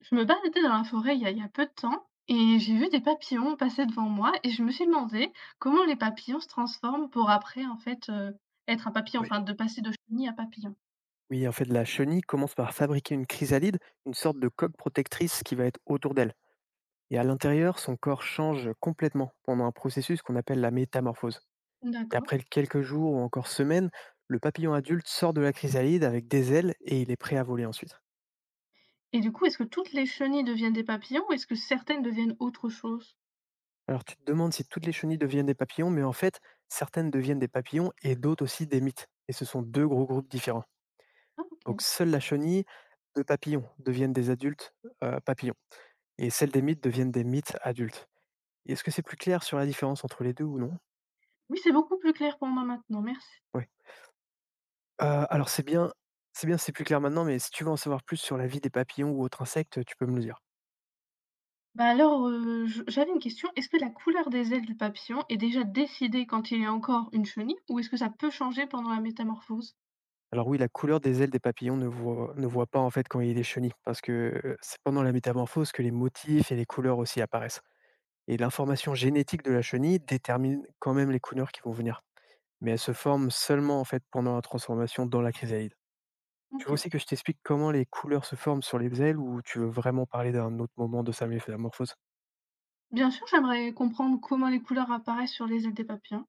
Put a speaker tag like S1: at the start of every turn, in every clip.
S1: Je me baladais dans la forêt il y a peu de temps et j'ai vu des papillons passer devant moi et je me suis demandé comment les papillons se transforment pour après en fait être un papillon,
S2: Oui.
S1: enfin de passer de chenille à papillon.
S2: Oui, en fait, la chenille commence par fabriquer une chrysalide, une sorte de coque protectrice qui va être autour d'elle. Et à l'intérieur, son corps change complètement pendant un processus qu'on appelle la métamorphose. Et
S1: D'accord.
S2: après quelques jours ou encore semaines, le papillon adulte sort de la chrysalide avec des ailes et il est prêt à voler ensuite.
S1: Et du coup, est-ce que toutes les chenilles deviennent des papillons ou est-ce que certaines deviennent autre chose?
S2: Alors tu te demandes si toutes les chenilles deviennent des papillons, mais en fait, certaines deviennent des papillons et d'autres aussi des mythes. Et ce sont deux gros groupes différents.
S1: Ah, ok.
S2: Donc seule la chenille de papillons deviennent des adultes papillons. Et celles des mythes deviennent des mythes adultes. Est-ce que c'est plus clair sur la différence entre les 2 ou non?
S1: Oui, c'est beaucoup plus clair pour moi maintenant, merci.
S2: Oui. Alors c'est bien, c'est plus clair maintenant, mais si tu veux en savoir plus sur la vie des papillons ou autres insectes, tu peux me le dire.
S1: Bah alors, j'avais une question. Est-ce que la couleur des ailes du papillon est déjà décidée quand il est encore une chenille ou est-ce que ça peut changer pendant la métamorphose?
S2: Alors oui, la couleur des ailes des papillons ne voit pas en fait quand il y a des chenilles, parce que, c'est pendant la métamorphose que les motifs et les couleurs aussi apparaissent. Et l'information génétique de la chenille détermine quand même les couleurs qui vont venir, mais elles se forment seulement en fait pendant la transformation dans la chrysalide. Tu
S1: Ok.
S2: veux aussi que je t'explique comment les couleurs se forment sur les ailes ou tu veux vraiment parler d'un autre moment de sa métamorphose?
S1: Bien sûr, j'aimerais comprendre comment les couleurs apparaissent sur les ailes des papillons.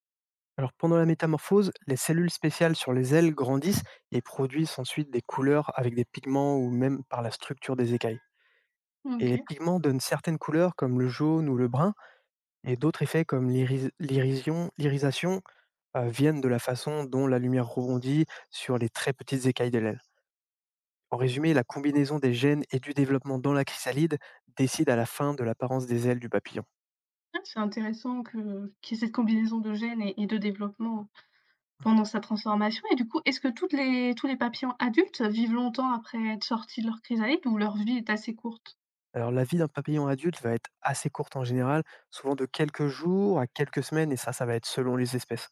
S2: Alors pendant la métamorphose, les cellules spéciales sur les ailes grandissent et produisent ensuite des couleurs avec des pigments ou même par la structure des écailles. Et les
S1: OK.
S2: pigments donnent certaines couleurs comme le jaune ou le brun et d'autres effets comme l'irisation viennent de la façon dont la lumière rebondit sur les très petites écailles de l'aile. En résumé, la combinaison des gènes et du développement dans la chrysalide décide à la fin de l'apparence des ailes du papillon.
S1: Ah, c'est intéressant que qu'il y ait cette combinaison de gènes et de développement pendant sa transformation et du coup, est-ce que toutes les tous les papillons adultes vivent longtemps après être sortis de leur chrysalide ou leur vie est assez courte?
S2: Alors la vie d'un papillon adulte va être assez courte en général, souvent de quelques jours à quelques semaines, et ça va être selon les espèces.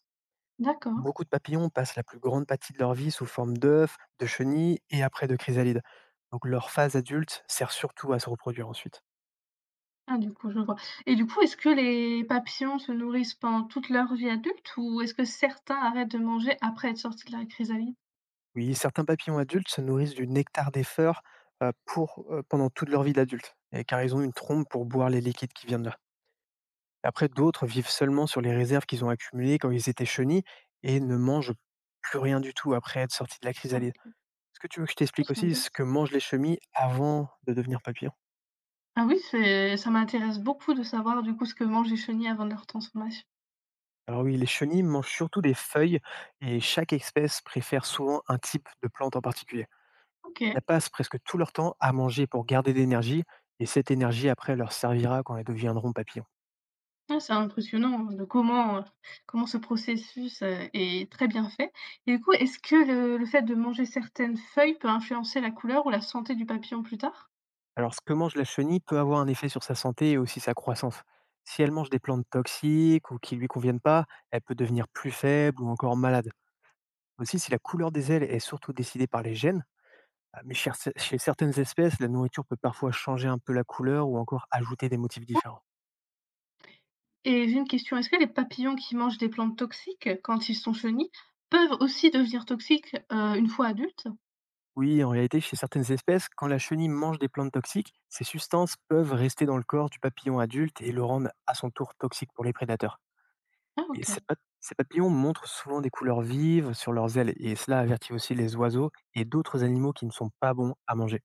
S1: D'accord.
S2: Beaucoup de papillons passent la plus grande partie de leur vie sous forme d'œufs, de chenilles et après de chrysalides. Donc leur phase adulte sert surtout à se reproduire ensuite.
S1: Ah, du coup, je vois et du coup, est-ce que les papillons se nourrissent pendant toute leur vie adulte ou est-ce que certains arrêtent de manger après être sortis de la chrysalide?
S2: Oui, certains papillons adultes se nourrissent du nectar des fleurs pendant toute leur vie d'adulte, et car ils ont une trompe pour boire les liquides qui viennent de là. Après, d'autres vivent seulement sur les réserves qu'ils ont accumulées quand ils étaient chenilles et ne mangent plus rien du tout après être sortis de la
S1: Ah,
S2: chrysalide.
S1: OK.
S2: Est-ce que tu veux que je
S1: Ah,
S2: t'explique
S1: c'est
S2: aussi
S1: intéressant.
S2: ce que mangent les chenilles avant de devenir papillons?
S1: Ah oui, c'est ça m'intéresse beaucoup de savoir, du coup, ce que mangent les chenilles avant leur transformation.
S2: Alors oui, les chenilles mangent surtout des feuilles et chaque espèce préfère souvent un type de plante en particulier. Elles
S1: OK.
S2: passent presque tout leur temps à manger pour garder de l'énergie et cette énergie après leur servira quand elles deviendront papillons.
S1: Ah, c'est impressionnant hein, de comment, comment ce processus, est très bien fait et du coup, est-ce que le fait de manger certaines feuilles peut influencer la couleur ou la santé du papillon plus tard?
S2: Alors ce que mange la chenille peut avoir un effet sur sa santé et aussi sa croissance. Si elle mange des plantes toxiques ou qui lui conviennent pas, elle peut devenir plus faible ou encore malade. Aussi, si la couleur des ailes est surtout décidée par les gènes, ah, mais cher chez certaines espèces, la nourriture peut parfois changer un peu la couleur ou encore ajouter des motifs différents.
S1: Et j'ai une question, est-ce que les papillons qui mangent des plantes toxiques quand ils sont chenilles peuvent aussi devenir toxiques, une fois adultes?
S2: Oui, en réalité, chez certaines espèces, quand la chenille mange des plantes toxiques, ces substances peuvent rester dans le corps du papillon adulte et le rendre à son tour toxique pour les prédateurs.
S1: Ah,
S2: Et
S1: OK.
S2: ces papillons montrent souvent des couleurs vives sur leurs ailes et cela avertit aussi les oiseaux et d'autres animaux qui ne sont pas bons à manger.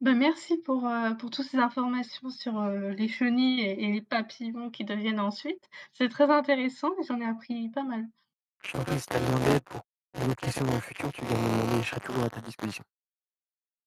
S1: Bah, merci pour toutes ces informations sur, les chenilles et les papillons qui deviennent ensuite. C'est très intéressant et j'en ai appris pas mal.
S2: Je t'en prie, si t'as besoin d'aide pour une autre question dans le futur, tu viens me demander, je serai toujours à ta disposition.